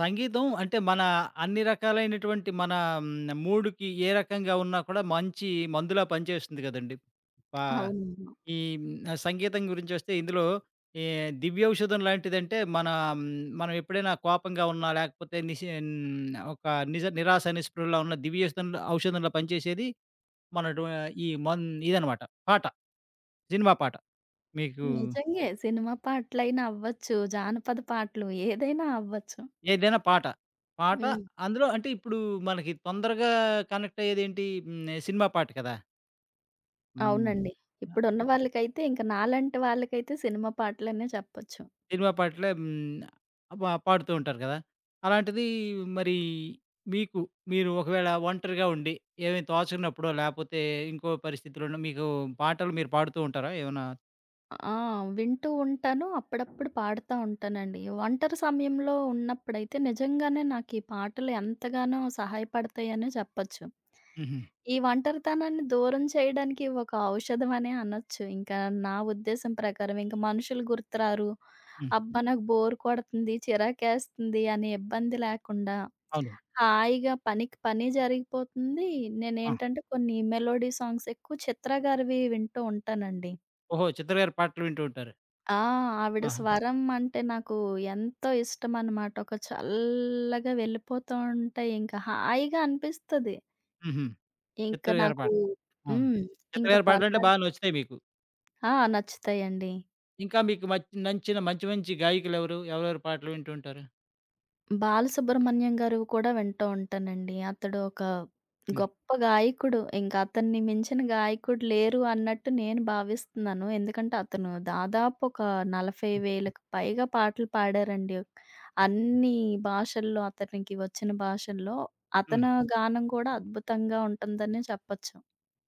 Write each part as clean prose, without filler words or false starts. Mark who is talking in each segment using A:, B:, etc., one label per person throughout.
A: సంగీతం అంటే మన అన్ని రకాలైనటువంటి మన హ్మ్, మూడ్‌కి ఏ రకంగా ఉన్నా కూడా మంచి మందులా పనిచేస్తుంది కదండీ! పా
B: అవును.
A: ఈ హ్మ్, సంగీతం గురించొస్తే ఇందులో ఏ దివ్యౌషధం లాంటిదంటే మన హ్మ్, మనం ఎప్పుడైనా కోపంగా ఉన్నా లేకపోతే హ్మ్, ఒక నిరాశ నిస్పృహలో ఉన్న ఔషధంలా పనిచేసేది మనటు ఈ ఇదనమాట పాట. సినిమా పాట. మీకు
B: నిజంగే. సినిమా పాటలైనా అవ్వచ్చు. జానపద పాటలు ఏదైనా అవ్వచ్చు.
A: ఏదైనా పాట. పాట
B: హ్మ్.
A: అందులో అంటే ఇప్పుడు మనకి తొందరగా కనెక్ట్ అయ్యేదేంటి హ్మ్. సినిమా పాట కదా! హ్మ్.
B: అవునండి.
A: ఆ!
B: ఇప్పుడున్న వాళ్ళకైతే ఇంక నాలాంటి వాళ్ళకైతే సినిమా పాటలనే చెప్పొచ్చు.
A: సినిమా పాటలే హ్మ్. పాడుతూ ఉంటారు కదా! అలాంటిది మరి మీకు మీరు ఒకవేళ ఒంటరిగా ఉండి ఏమీ తోచనప్పుడో లేపోతే ఇంకో పరిస్థితిలోనో మీకు పాటలు మీరు పాడుతూ ఉంటారా? ఏమన్నా
B: ఆ! వింటూ ఉంటాను. అప్పుడప్పుడు పాడుతా ఉంటానండి. ఒంటరి సమయంలో ఉన్నప్పుడైతే నిజంగానే నాకు ఈ పాటలు ఎంతగానో సహాయపడతాయనే చెప్పొచ్చు.
A: హుహు.
B: ఈ ఒంటరితనాన్ని దూరం చేయడానికి ఒక ఔషధం అనే అనొచ్చు. ఇంకా నా ఉద్దేశం ప్రకారం. ఇంక మనుషులు గుర్తురారు.
A: హ్మ్.
B: అబ్బా! నాకు బోర్ కొడుతుంది, చిరాకేస్తుంది అనే ఇబ్బంది లేకుండా
A: అవును.
B: హాయిగా పనికి పని జరిగిపోతుంది.
A: ఆ!
B: నేనేంటంటే కొన్ని మెలోడీ సాంగ్స్ ఎక్కువ చిత్ర గారివి వింటూ ఉంటానండి.
A: ఓహో! చిత్ర గారి పాటలు వింటూ ఉంటారు.
B: ఆ! ఆవిడ
A: ఆహా!
B: స్వరం అంటే నాకు ఎంతో ఇష్టమనమాట. ఒక చల్లగా వెళ్ళిపోతూ ఉంటాయి. ఇంకా హాయిగా అనిపిస్తది.
A: హుహు.
B: ఇంక
A: చిత్ర గారి
B: నాకు
A: పాట. అవును.
B: హ్మ్.
A: చిత్ర
B: ఇంక
A: గారి పాటలంటే బాగా నచ్చుతాయి మీకు.
B: ఆ! నచ్చుతాయండి.
A: ఇంకా మీకు నచ్చిన మంచి మంచి గాయకులెవరు? ఎవరెవరి పాటలు వింటూ ఉంటారు?
B: బాలసుబ్రహ్మణ్యం గారివి కూడా వింటూ ఉంటానండి. అతడు ఒక
A: హ్మ్.
B: గొప్ప గాయకుడు. ఇంక అతన్ని మించిన గాయకుడు లేరు అన్నట్టు నేను భావిస్తున్నాను. ఎందుకంటే అతను దాదాపు ఒక
A: హ్మ్.
B: 40,000కి పైగా పాటలు పాడారండి. అన్ని భాషల్లో అతనికి వచ్చిన భాషల్లో
A: హ్మ్.
B: అతను గానం కూడా అద్భుతంగా ఉంటుందనే చెప్పొచ్చు.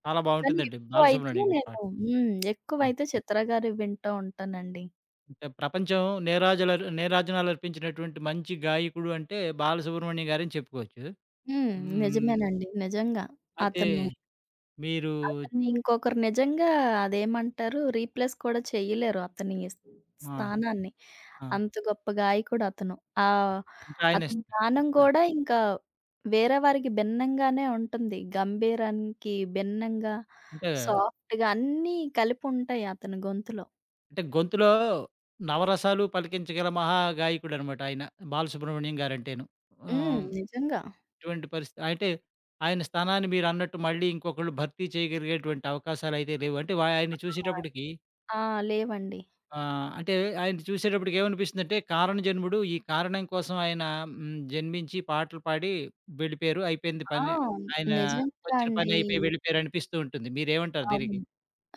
A: చాలా
B: కానీ
A: బావుంటుందండి.
B: ఎక్కువైతే
A: బాలసుబ్రహ్మణ్యం గారి పాట.
B: నేను హ్మ్.
A: హ్మ్.
B: ఎక్కువైతే చిత్ర గారివి వింటూ ఉంటానండి.
A: అంటే ప్రపంచం నీరాజనాలర్పించినటువంటి మంచి గాయకుడు అంటే బాలసుబ్రహ్మణ్యం గారని చెప్పుకోవచ్చు.
B: హ్మ్.
A: హ్మ్.
B: నిజమేనండి. నిజంగా.
A: అయితే
B: అతను
A: మీరు
B: అతన్ని ఇంకొకరు నిజంగా అదేమంటారు రీప్లేస్ కూడా చెయ్యలేరు అతని
A: ఆ!
B: స్థానాన్ని.
A: ఆ!
B: అంత గొప్ప గాయకుడు అతను. ఆహ్,
A: అంటే ఆయన
B: అతని గానం గూడా ఇంకా వేరే వారికి భిన్నంగానే ఉంటుంది. 'గంభీరానికి' భిన్నంగా,
A: అంటే,
B: సాఫ్ట్‌గా అన్నీ కలిపి ఉంటాయి అతని గొంతులో.
A: అంటే గొంతులో నవరసాలు పలికించగల మహా గాయకుడనమాట ఆయన. బాలసుబ్రహ్మణ్యం గారంటేను.
B: హ్మ్.
A: ఆహ్
B: నిజంగా.
A: ఇటువంటి పరిస్థితి అంటే ఆయన స్థానాన్ని మీరన్నట్టు మళ్ళీ ఇంకొకళ్ళు భర్తీ చేయగలిగేటువంటి అవకాశాలయితే లేవు. అంటే ఆయన్ని
B: ఆ!
A: చూసేటప్పటికి
B: ఆ! లేవండి.
A: ఆహ్, అంటే ఆయన్ని చూసేటప్పటికి ఏమనిపిస్తుందంటే కారణ జన్ముడు. ఈ కారణం కోసం ఆయన హ్మ్, జన్మించి పాటలు పాడి వెళ్ళిపోయారు. అయిపోయింది
B: ఆ!
A: పని. ఆయన
B: నిజంగా
A: వచ్చిన పని
B: అండి.
A: అయిపోయి వెళ్ళిపోయారు అనిపిస్తూ ఉంటుంది. మీరేమంటారు దీనికి?
B: అవును.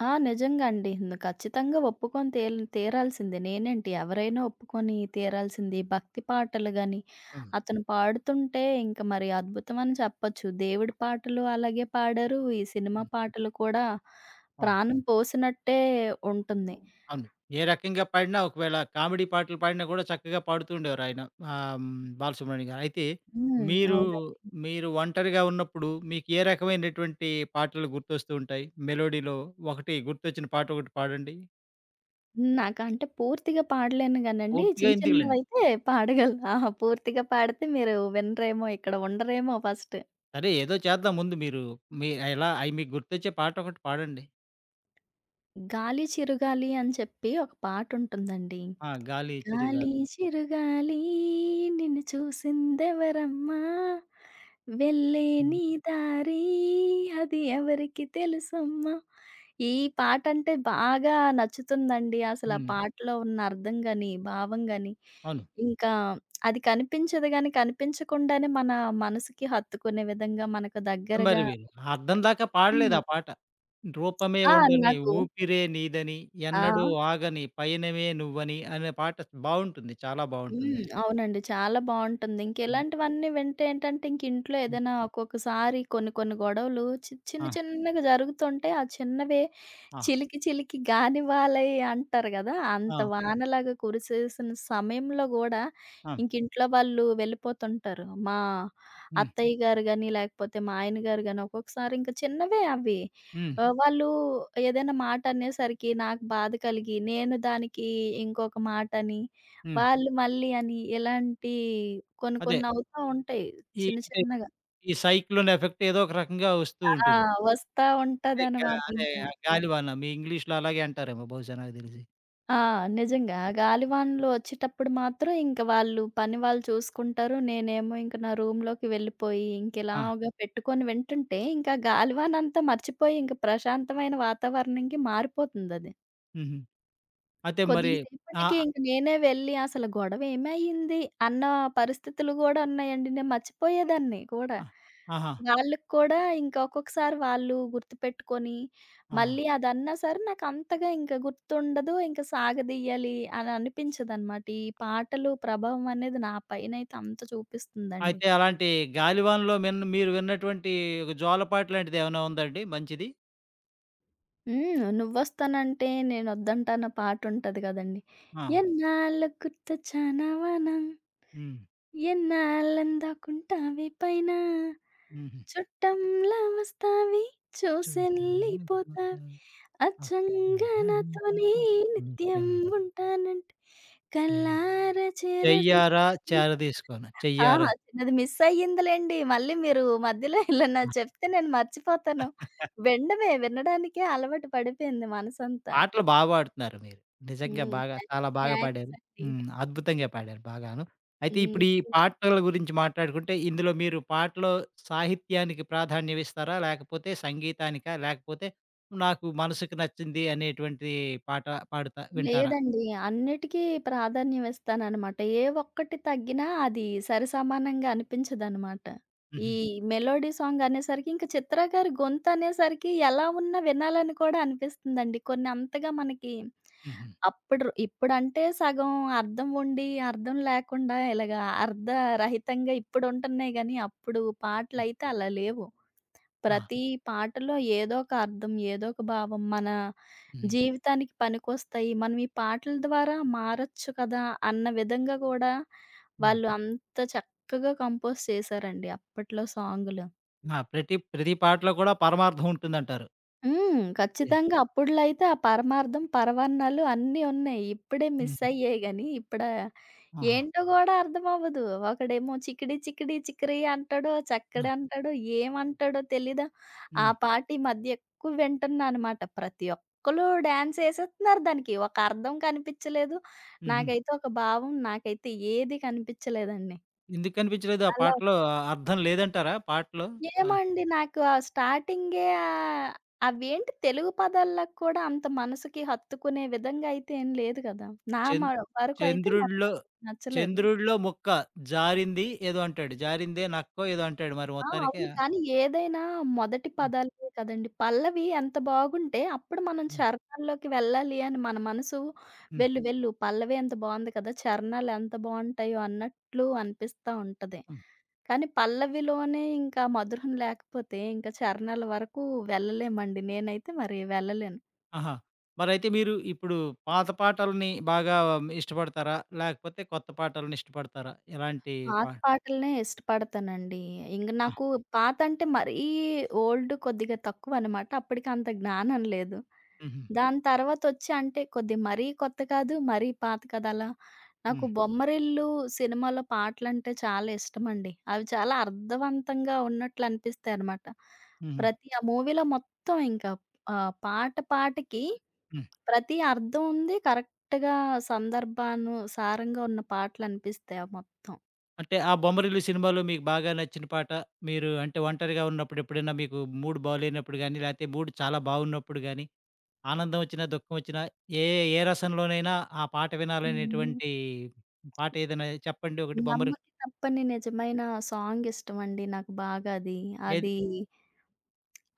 B: ఆ! నిజంగా అండి. ఖచ్చితంగా ఒప్పుకొని తీరాల్సిందే. నేనేంటి ఎవరైనా ఒప్పుకొని తీరాల్సింది. భక్తి పాటలు గాని,
A: హ్మ్.
B: అతను పాడుతుంటే ఇంక మరి అద్భుతమని చెప్పొచ్చు. దేవుడి పాటలు అలాగే పాడారు. ఈ సినిమా
A: హ్మ్.
B: పాటలు కూడా
A: అవును.
B: ప్రాణం పోసినట్టే ఉంటుంది.
A: అవును. ఏ రకంగా పాడినా ఒకవేళ కామెడీ పాటలు పాడినా గూడా చక్కగా పాడుతూ ఉండేవారాయన. ఆహ్, హ్మ్. బాలసుబ్రహ్మణ్యం గారు. అయితే
B: హ్మ్.
A: మీరు,
B: అవునండి.
A: మీరు ఒంటరిగా ఉన్నప్పుడు మీకు ఏ రకమైనటువంటి పాటలు గుర్తొస్తూ ఉంటాయి? మెలోడీలో ఒకటి గుర్తొచ్చిన పాట ఒకటి పాడండి.
B: నాకంటే పూర్తిగా పాడలేను గానండి.
A: పూర్తిగా
B: చిన్న
A: ఎందుకులెండి.
B: చిన్నవైతే పాడగలను. ఆహా! పూర్తిగా పాడితే మీరు వినరేమో, ఇక్కడ ఉండరేమో ఫస్ట్.
A: సరే ఏదో చేద్దాం ముందు మీరు మీ ఎలా అయి మీకు గుర్తొచ్చే పాట ఒకటి పాడండి.
B: 'గాలి చిరుగాలి' అని చెప్పి ఒక పాటుంటుందండి.
A: ఆ! 'గాలి
B: గాలి
A: చిరుగాలి.'
B: చిరుగాలి నిన్ను చూసిందెవరమ్మా? వెళ్ళే
A: హ్మ్.
B: నీ దారి అది ఎవరికి తెలుసమ్మా? ఈ పాటంటే బాగా నచ్చుతుందండి. అసలా
A: హ్మ్.
B: పాటలో ఉన్న అర్థం గాని, భావం గాని,
A: అవును.
B: ఇంకా అది కనిపించదు గాని, కనిపించకుండానే మన మనసుకి హత్తుకునే విధంగా మనకు దగ్గరగా
A: 'కంబరి వీరు'. అర్థం దాకా పాడలేదు
B: హ్మ్.
A: ఆ పాట. రూపమే
B: ఆ!
A: ఉండని
B: నాకు
A: ఊపిరే నీదని,
B: ఆ!
A: ఎన్నడూ ఆగని పయనమే నువ్వని అనే పాట బావుంటుంది. చాలా బావుంటుంది.
B: హ్మ్. అవునండి. చాలా బావుంటుంది.
A: హ్మ్.
B: ఇంకిలాంటివన్నీ వింటే ఏంటంటే, ఇంక ఇంట్లో
A: హ్మ్.
B: ఏదైనా ఒక్కొక్కసారి కొన్ని కొన్ని గొడవలు చిన్న
A: ఆ!
B: చిన్నగా జరుగుతుంటే, ఆ చిన్నవే
A: ఆ!
B: చిలికి చిలికి గానివాలై అంటారు గదా! అంత
A: ఆ!
B: హ్మ్. వానలాగా కురిసేసిన సమయంలో గూడా
A: ఆ!
B: ఇంక ఇంట్లో వాళ్ళు వెళ్ళిపోతుంటారు. మా
A: హ్మ్.
B: అత్తయ్య గారు గాని, లేకపోతే మా ఆయన గారు గాని ఒక్కొక్కసారి ఇంక చిన్నవే అవి.
A: హ్మ్.
B: వాళ్ళు ఏదైనా మాట అనేసరికి నాకు బాధ కలిగి, నేను దానికి ఇంకొక మాటని,
A: హ్మ్.
B: వాళ్ళు మళ్ళీ అని ఇలాంటి కొన్ని
A: అదే.
B: కొన్ని అవుతా ఉంటాయి
A: ఈ
B: చిన్న
A: అంటే
B: చిన్నగా.
A: ఈ సైక్లోన్ ఎఫెక్ట్ ఏదో ఒక రకంగా వస్తూ
B: ఆ!
A: ఉంటుంది.
B: వస్తా
A: అదే గా
B: ఉంటదనమాట
A: అదే
B: ఇంకా.
A: ఆ గాలివాన మీ ఇంగ్లీష్‌లో అలాగే అంటారేమో బహుశా నాకు తెలిసి.
B: ఆ! నిజంగా. ఆ గాలివానలు వచ్చేటప్పుడు మాత్రం ఇంక వాళ్ళు పని వాళ్ళు చూసుకుంటారు. నేనేమో ఇంక నా రూమ్‌లోకి వెళ్ళిపోయి,
A: ఆ!
B: ఇంకిలాగా పెట్టుకొని వింటుంటే, ఇంకా గాలివానంతా మర్చిపోయి ఇంక ప్రశాంతమైన వాతావరణంకి మారిపోతుందది.
A: హుహు. అయితే మరి
B: కొద్దిగ
A: ఆ!
B: సేపటికి ఇంక నేనే వెళ్ళి అసలు గొడవ ఏమయింది అన్న పరిస్థితులు గూడా ఉన్నాయండి. నేను మర్చిపోయేదాన్ని కూడా.
A: ఆ! ఆహా!
B: వాళ్ళకి కూడా ఇంక ఒక్కొక్కసారి వాళ్ళు గుర్తుపెట్టుకొని,
A: ఆహా!
B: మళ్ళీ అదన్నా సరే నాకంతగా ఇంక గుర్తుండదు. ఇంక సాగదీయాలి అని అనిపించదనమాట. ఈ పాటలు ప్రభావం అనేది నా పైనైతే అంత చూపిస్తుందండి.
A: అయితే అలాంటి గాలివానలో మీరు విన్నటువంటి ఒక జోలపాట లాంటిది ఏమైనా ఉందండి మంచిది?
B: హ్మ్. 'నువ్వొస్తానంటే నేనొద్దంటానా' పాటుంటది గదండీ.
A: ఆ!
B: ఎన్నాళ్ళకు గుర్తొచ్చానావా నా
A: హ్మ్.
B: ఎన్నాళ్ళందాకుంటావే పైన,
A: హుహు.
B: చుట్టంలా వస్తావి
A: చూశాను
B: చూసెళ్ళిపోతావి,
A: పోతాయి
B: అచ్చంగా
A: అద్దాన్ని
B: నాతోనే
A: తాకి
B: నిత్యం
A: నిత్యం
B: ఉంటానంటే,
A: చెయ్
B: కళ్ళారా చేరదీ
A: చెయ్యారా చేరదీసుకోను
B: ఆహా!
A: చెయ్యారా?
B: చిన్నది మిస్ అయ్యిందిలెండి. మళ్ళీ మీరు మధ్యలో ఏళ్ళన్నా చెప్తే నేను మర్చిపోతాను. వినడమే, వినడానికే అలవాటు పడిపోయింది మనసంతా.
A: పాటలు పాడుతున్నారు మీరు. నిజంగా
B: హ్మ్.
A: బాగా చాలా బాగా
B: థాంక్స్
A: పాడారు.
B: అండి.
A: హ్మ్. అద్భుతంగా పాడారు బాగాను. అయితే
B: హ్మ్.
A: ఇప్పుడు ఈ పాటల గురించి మాట్లాడుకుంటే ఇందులో మీరు పాటలో సాహిత్యానికి ప్రాధాన్యం ఇస్తారా? లేకపోతే సంగీతానికా? లేకపోతే నాకు మనసుకు నచ్చింది అనేటువంటి పాట పాడుతా వింటారా?
B: లేదండి. అన్నిటికీ ప్రాధాన్యం ఇస్తాననమాట. ఏ ఒక్కటి తగ్గినా అది సరిసమానంగా అనిపించదనమాట. ఈ
A: హుహు.
B: మెలోడీ సాంగ్ అనేసరికి ఇంక చిత్ర గారి గొంతనేసరికి ఎలా ఉన్నా వినాలని కూడా అనిపిస్తుందండి. కొన్ని అంతగా మనకి
A: హుహు.
B: అప్పుడు ఇప్పుడంటే సగం అర్థం ఉండి, అర్థం లేకుండా ఇలాగ అర్ధరహితంగా ఇప్పుడుంటున్నాయి గానీ, అప్పుడు
A: హ్మ్.
B: పాటలయితే అలా లేవు.
A: ఆ!
B: ప్రతి పాటలో ఏదో ఒక అర్థం, ఏదో ఒక భావం మన
A: హ్మ్.
B: జీవితానికి పనికొస్తాయి. మనం ఈ పాటల ద్వారా మారొచ్చు కదా! అన్న విధంగా కూడా
A: హ్మ్.
B: వాళ్ళు అంత చక్కగా కంపోజ్ చేశారండి అప్పట్లో సాంగులు.
A: ఆ! ప్రతి ప్రతి పాటలో కూడా పరమార్థం ఉంటుందంటారు.
B: హ్మ్.
A: యాహ్!
B: ఖచ్చితంగా అప్పుడ్లో అయితే ఆ పరమార్థం, పరమాన్నాలు అన్నీ ఉన్నాయి. ఇప్పుడే మిస్
A: హుహు.
B: అయ్యాయి గానీ, ఇప్పుడా
A: ఆహా!
B: ఏంటో గూడా అర్థమవ్వదు. ఒకడేమో చికిడి, చికిడి, చికిరి అంటాడో,
A: ఆ!
B: చక్కడంటాడో, ఏమంటాడో తెలీదు. ఆ
A: హ్మ్.
B: పాట ఈ మధ్య ఎక్కువ వింటున్నా అనమాట. ప్రతి ఒక్కళ్ళు డాన్సేసేస్తున్నారు దానికి. ఒక అర్థం కనిపిచ్చలేదు.
A: హుహు.
B: నాకైతే ఒక భావం, నాకైతే ఏది కనిపిచ్చలేదండి.
A: ఎందుకనిపించలేదు ఆ
B: అలా
A: పాటలో ఆ అర్థం లేదంటారా పాటలో? ఆ!
B: ఏమండి నాకు ఆ స్టార్టింగే అవేంటి తెలుగు పదాల్లో కూడా అంత మనసుకి హత్తుకునే విధంగా అయితే ఏం లేదు గదా! నా మ
A: చంద్
B: వరకు అయితే మరి
A: చంద్రుడిలో
B: నాకు నచ్చలేదు.
A: చంద్రుడిలో ముక్క జారింది ఏదో అంటాడు. జారిందే నక్కో ఏదో అంటాడు మరి
B: ఆ!
A: మొత్తానికి.
B: అవును. కానీ ఏదైనా మొదటి
A: హ్మ్.
B: పదాలే కదండీ. పల్లవి ఎంత బాగుంటే అప్పుడు మనం
A: హ్మ్.
B: చరణాల్లోకి వెళ్ళాలి అని మన మనసు
A: హ్మ్.
B: వెళ్ళు వెళ్ళు పల్లవి ఎంత బావుంది కదా! చరణాలు ఎంత బావుంటాయో అన్నట్లు అనిపిస్తా ఉంటది.
A: హ్మ్.
B: కానీ పల్లవిలోనే ఇంకా మధురం లేకపోతే ఇంకా చరణాల వరకు వెళ్ళలేమండి. నేనైతే మరి వెళ్ళలేను.
A: ఆహా! మరైతే మీరు ఇప్పుడు పాత పాటల్ని బాగా ఇష్టపడతారా? లేకపోతే కొత్త పాటల్ని ఇష్టపడతారా? ఎలాంటి
B: పాత
A: పా
B: పాటలనే ఇష్టపడతానండి. ఇంక
A: ఆ!
B: నాకు పాత అంటే మరీ ఓల్డ్ కొద్దిగా తక్కువనమాట. అప్పటికి అంత జ్ఞానం లేదు.
A: హుహు.
B: దాని తర్వాతొచ్చి అంటే కొద్దిగా మరీ కొత్త కాదు, మరీ పాత కాదు అలా. నాకు
A: హ్మ్.
B: 'బొమ్మరిల్లు' సినిమాలో పాటలంటే చాలా ఇష్టమండి. అవి చాలా అర్థవంతంగా ఉన్నట్లు అనిపిస్తాయనమాట.
A: హుహు.
B: ప్రతి ఆ మూవీలో మొత్తం ఇంకా పాట పాటకి
A: హ్మ్.
B: ప్రతి అర్థం ఉంది. కరెక్ట్‌గా సందర్భానుసారంగా ఉన్న పాటలనిపిస్తాయి ఆ
A: అంటే ఆ 'బొమ్మరిల్లు' సినిమాలో మీకు బాగా నచ్చిన పాట మీరు అంటే ఒంటరిగా ఉన్నప్పుడు ఎప్పుడైనా మీకు మూడ్ బాలేనప్పుడు గాని, లేతే మూడ్ చాలా బాగున్నప్పుడు గాని ఆనందం వచ్చినా, దుఃఖం వచ్చినా ఏ ఏ రసంలోనైనా ఆ పాట
B: మొత్తం.
A: వినాలనేటువంటి పాట ఏదైనా చెప్పండి ఒకటి బొమ్మరిల్లు
B: 'నమ్మకి తప్పని నిజమైన' సాంగ్ ఇష్టమండి నాకు బాగా అది.
A: ఏది
B: అది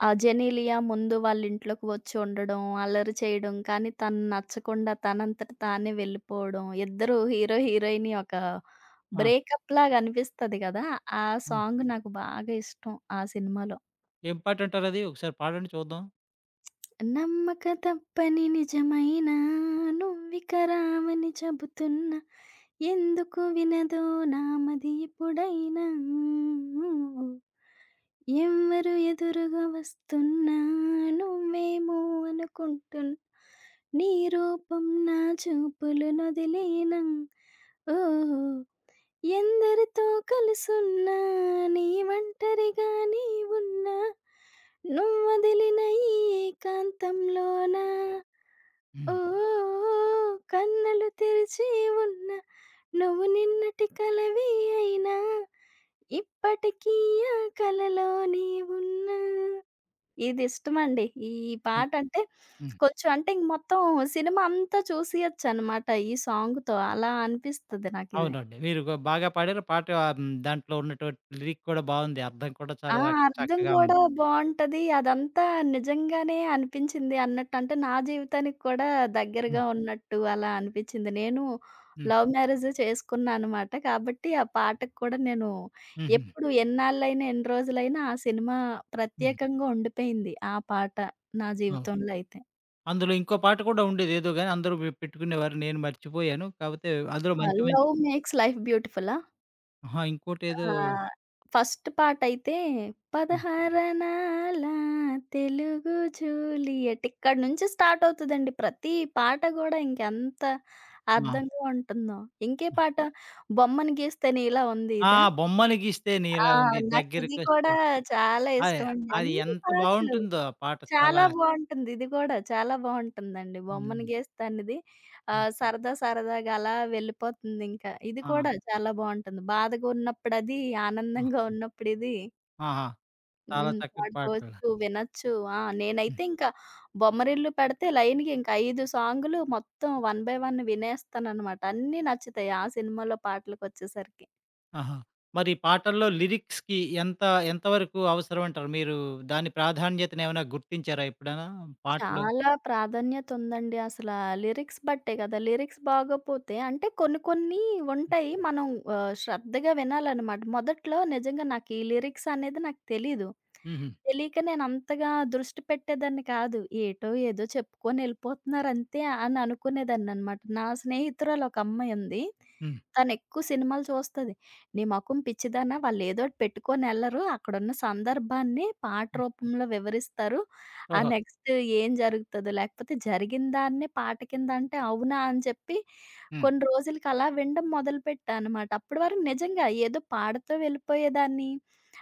B: ఆ 'జెనీలియా' ముందు వాళ్ళ ఇంట్లోకి వచ్చి ఉండడం, అల్లరి చేయడం, కానీ తను నచ్చకుండా తనంతట తానే వెళ్ళిపోవడం. ఇద్దరు హీరో, హీరోయిన్ ఒక
A: ఆ!
B: బ్రేకప్‌లాగా అనిపిస్తది కదా! ఆ
A: హ్మ్.
B: సాంగ్ నాకు బాగా ఇష్టం ఆ సినిమాలో.
A: ఏం పాటంటారది? ఒకసారి పాడండి చూద్దాం.
B: నమ్మక తప్పని నిజమైనా నువ్విక రావని చెబుతున్నా ఎందుకు వినదో నామది ఇప్పుడైనా ఎవ్వరు ఎదురుగా వస్తున్నా నువ్వేమో అనుకుంటున్నా నీ రూపం నా చూపులు నొదిలేనా ఓ ఎందరితో కలుసున్నా నీ ఒంటరిగా నీ ఉన్నా నువ్వొదిలిన ఈ ఏకాంతంలోన ఓ
A: హ్మ్.
B: కన్నులు తెరిచి ఉన్న నువ్వు నిన్నటి కలవే అయినా ఇప్పటికీ ఆ కలలోనే ఉన్నా. ఇది ఇష్టమండి. ఈ
A: హ్మ్.
B: పాటంటే
A: హ్మ్.
B: కొంచెం అంటే ఇంక మొత్తం సినిమా అంతా చూసేయొచ్చనమాట ఈ సాంగ్‌తో. అలా అనిపిస్తది నాకిది.
A: అవునండి. మీరు బాగా పాడారు. పాట ఆహ్, హ్మ్, దాంట్లో ఉన్నటువంటి లిరిక్ కూడా బావుంది. అర్థం కూడా
B: ఆ!
A: చాలా
B: అర్థం
A: చక్కగా
B: గూడా
A: ఉంది.
B: బావుంటది. అదంతా నిజంగానే అనిపించింది అన్నట్టు. అంటే నా జీవితానికి కూడా
A: హ్మ్.
B: దగ్గరగా ఉన్నట్టు అలా అనిపించింది. నేను
A: హ్మ్.
B: లవ్ మ్యారేజే చేసుకున్నా అనమాట. కాబట్టి ఆ పాటకు కూడా నేను
A: హుహు.
B: ఎప్పుడు ఎన్నాళ్ళైనా, ఎన్ని రోజులైనా ఆ సినిమా
A: హ్మ్.
B: ప్రత్యేకంగా ఉండిపోయింది. ఆ పాట నా
A: అవును.
B: జీవితంలో అయితే.
A: అందులో ఇంకో పాట కూడా ఉండేది ఏదో గాని అందరూ పెట్టుకునేవారు. నేను మర్చిపోయాను. కాపోతే అందులో
B: ఆ!
A: మంచి మంచి
B: 'లవ్ మేక్స్ లైఫ్ బ్యూటిఫులా?'
A: ఆహా!
B: ఆ!
A: ఇంకోటేదో
B: ఫస్ట్ పాటయితే
A: ఆ!
B: పదహారనాల తెలుగు జూలియట్ ఇక్కడి నుంచి స్టార్ట్ అవుతదండి. ప్రతి పాట గూడా ఇంకెంత
A: ఆ!
B: అర్థంగా ఉంటుందో. ఇంకే పాట బొమ్మను గీస్తేనే ఇలా ఉంది
A: ఆ!
B: ఇదా?
A: బొమ్మను గీస్తే
B: ఆ!
A: నీలా ఉంది.
B: నాకిది
A: దగ్గరికొస్తే
B: కూడా
A: అదే.
B: చాలా
A: అది
B: ఇష్టమండి.
A: అది
B: అన్ని
A: ఎంత
B: పాటలు.
A: బావుంటుందో ఆ పాట చాలా
B: చాలా బావుంటుంది. ఇది గూడా చాలా బావుంటుందండి. బొమ్మను
A: హ్మ్.
B: గీస్తానిది
A: హ్మ్.
B: సరదా సరదాగా అలా వెళ్ళిపోతుందింకా. ఇది
A: ఆ!
B: కూడా చాలా బావుంటుంది. బాధగా ఉన్నప్పుడది,
A: ఆ!
B: ఆనందంగా ఉన్నప్పుడిది
A: ఆహా! చాలా
B: హ్మ్.
A: చక్కటి పాటలు.
B: పాడుకోవచ్చు, వినొచ్చు. ఆ!
A: హ్మ్.
B: నేనైతే ఇంకా బొమ్మరిల్లు పెడితే లైన్‌గా ఇంక 5 సాంగులు మొత్తం వన్ బై వన్ వినేస్తాననమాట. అన్నీ నచ్చుతాయి ఆ సినిమాలో పాటలకొచ్చేసరికి.
A: ఆహా! మరి ఈ పాటల్లో లిరిక్స్‌కి ఎంత ఎంత వరకు అవసరమంటారు? మీరు దాని ప్రాధాన్యతనేమైనా గుర్తించారా ఎప్పుడైనా పాటలు?
B: చాలా ప్రాధాన్యత ఉందండి. లిరిక్స్ బట్టే కదా! లిరిక్స్ బాగోపోతే అంటే కొన్ని కొన్ని ఉంటాయి. మనం శ్రద్ధగా వినాలనమాట. మొదట్లో నిజంగా నాకు ఈ లిరిక్స్ అనేది నాకు తెలీదు.
A: హుహు.
B: తెలీక నేనంతగా దృష్టి పెట్టేదాన్ని కాదు. ఏటో ఏదో చెప్పుకొని ఎళ్ళిపోతున్నారంతే అని అనుకునేదాన్ననమాట. నా స్నేహితురాలొక అమ్మాయుంది.
A: హ్మ్.
B: తనెక్కువ సినిమాలు చూస్తది. "నీ మొఖం పిచ్చిదానా వాళ్ళేదోటి పెట్టుకొనెళ్ళరు. అక్కడున్న సందర్భాన్ని పాట
A: హ్మ్.
B: రూపంలో వివరిస్తారు. ఆ
A: ఓహో!
B: నెక్స్ట్ ఏం జరుగుతదో లేకపోతే జరిగిన దాన్నే పాట కింద అంటే అవునా అని చెప్పి
A: హ్మ్.
B: కొన్ని రోజులకి అలా వినడం మొదలుపెట్టా అనమాట. అప్పటి వరకు నిజంగా ఏదో పాడుతూ వెళ్ళిపోయేదాన్ని.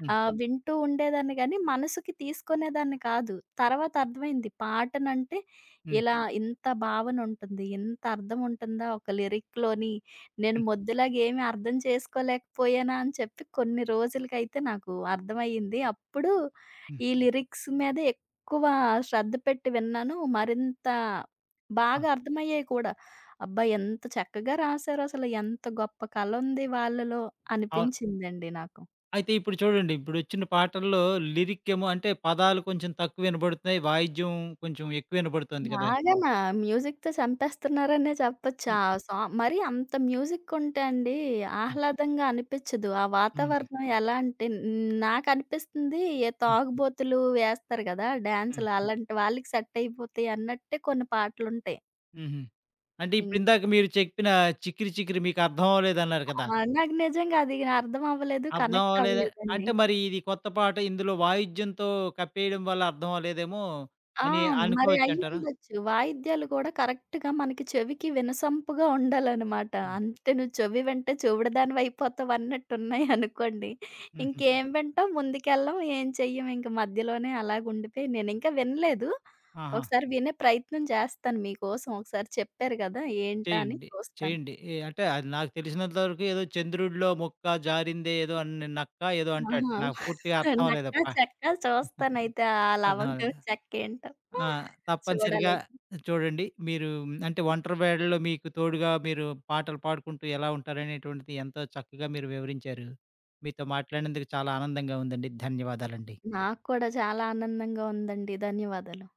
A: హ్మ్.
B: వింటూ ఉండేదాన్ని గానీ, మనసుకి తీసుకునేదాన్ని కాదు. తర్వాత అర్థమైంది పాటనంటే
A: హ్మ్.
B: ఇలా ఇంత భావన ఉంటుంది. ఇంత అర్థం ఉంటుందా ఒక లిరిక్‌లోని. నేను
A: హ్మ్.
B: మొద్దులాగా ఏమి అర్థం చేసుకోలేకపోయానా అని చెప్పి కొన్ని రోజులకైతే నాకు అర్థమయ్యింది. అప్పుడు
A: హ్మ్.
B: ఈ లిరిక్స్ మీద ఎక్కువ శ్రద్ధ పెట్టి విన్నాను. మరింత
A: ఆ!
B: బాగా అర్థమయ్యాయి కూడా. అబ్బా! ఎంత చక్కగా రాసారసలు. ఎంత గొప్ప కలుంది వాళ్ళలో
A: అవును.
B: అనిపించిందండి నాకు.
A: అయితే ఇప్పుడు చూడండి, ఇప్పుడొచ్చిన పాటల్లో లిరిక్ ఏమో అంటే పదాలు కొంచెం తక్కువ వినబడుతున్నాయి. వాయిద్యం కొంచెం ఎక్కువ వినబడుతుంది కదా!
B: బాగానా మ్యూజిక్‌తో చంపేస్తున్నారనే చెప్పొచ్చు.
A: హ్మ్.
B: ఆ సా మరి అంత మ్యూజిక్ ఉంటే అండి
A: హ్మ్.
B: ఆహ్లాదంగా అనిపించదు. ఆ
A: హ్మ్.
B: వాతావరణం ఎలా అంటే హ్మ్, నాకనిపిస్తుంది ఏ
A: హ్మ్.
B: తాగుబోతులు వేస్తారు కదా!
A: హ్మ్.
B: డాన్సులు అలాంటి వాళ్ళకి సెట్ అయిపోతాయి అన్నట్టే కొన్ని పాటలుంటాయి.
A: హుహు. అంటే
B: హ్మ్.
A: ఇప్పుడిందాక మీరు చెప్పిన 'చికిరి చికిరి' మీకు అర్థం అవ్వలేదన్నారు
B: ఆ!
A: కదా!
B: నాకు నిజంగా అది అర్థం అవ్వలేదు.
A: అర్థం
B: కనెక్ట్
A: అవ్వలేద
B: అవ్వలేదండి.
A: అంటే మరి ఇది కొత్త పాట ఇందులో వాయిద్యంతో కప్పేయడం వల్ల అర్థం అవ్వలేదేమో
B: ఆ!
A: అని
B: మరి
A: అనుకోవచ్చంటారా?
B: అయ్యుండొచ్చు. వాయిద్యాలు కూడా కరెక్ట్‌గా మనకి చెవికి వినసొంపుగా ఉండాలనమాట.
A: హ్మ్.
B: అంతే నువ్వు చెవి వింటే చెవిడదానివయిపోతావన్నట్టున్నాయి అనుకోండి.
A: హుహు.
B: ఇంకేం వింటాం, ముందుకెళ్ళం, ఏం చెయ్యం. ఇంక మధ్యలోనే అలాగుండిపోయి నేనింకా వినలేదు.
A: ఆహా!
B: ఒకసారి వినే ప్రయత్నం చేస్తాను మీకోసం. ఒకసారి చెప్పారు గదా! ఏంటా అని
A: చేయండి.
B: చూస్తాను.
A: చేయండి. ఏ అంటే అది నాకు తెలిసినంత వరకు ఏదో 'చంద్రుడిలో ముక్క జారిందే ఏదో అన్ నక్క' ఏదో అంటాడట.
B: ఆహా!
A: నాకు పూర్తిగా అర్థం
B: నక్కా
A: అవ్వలేదప్పా.
B: చెక్కా చూస్తానయితే ఆ
A: అర్థం
B: లవంగం
A: అవ్వలేదు.
B: చెక్కేంటో
A: ఆ! తప్పనిసరిగా
B: చూడాలయితే.
A: చూడండి. మీరు అంటే ఒంటరి వేళల్లో మీకు తోడుగా మీరు పాటలు పాడుకుంటూ ఎలా ఉంటారనేటువంటిది ఎంతో చక్కగా మీరు వివరించారు. మీతో మాట్లాడినందుకు చాలా ఆనందంగా ఉందండి. ధన్యవాదాలండి.
B: నాకు కూడా చాలా ఆనందంగా ఉందండి. ధన్యవాదాలు.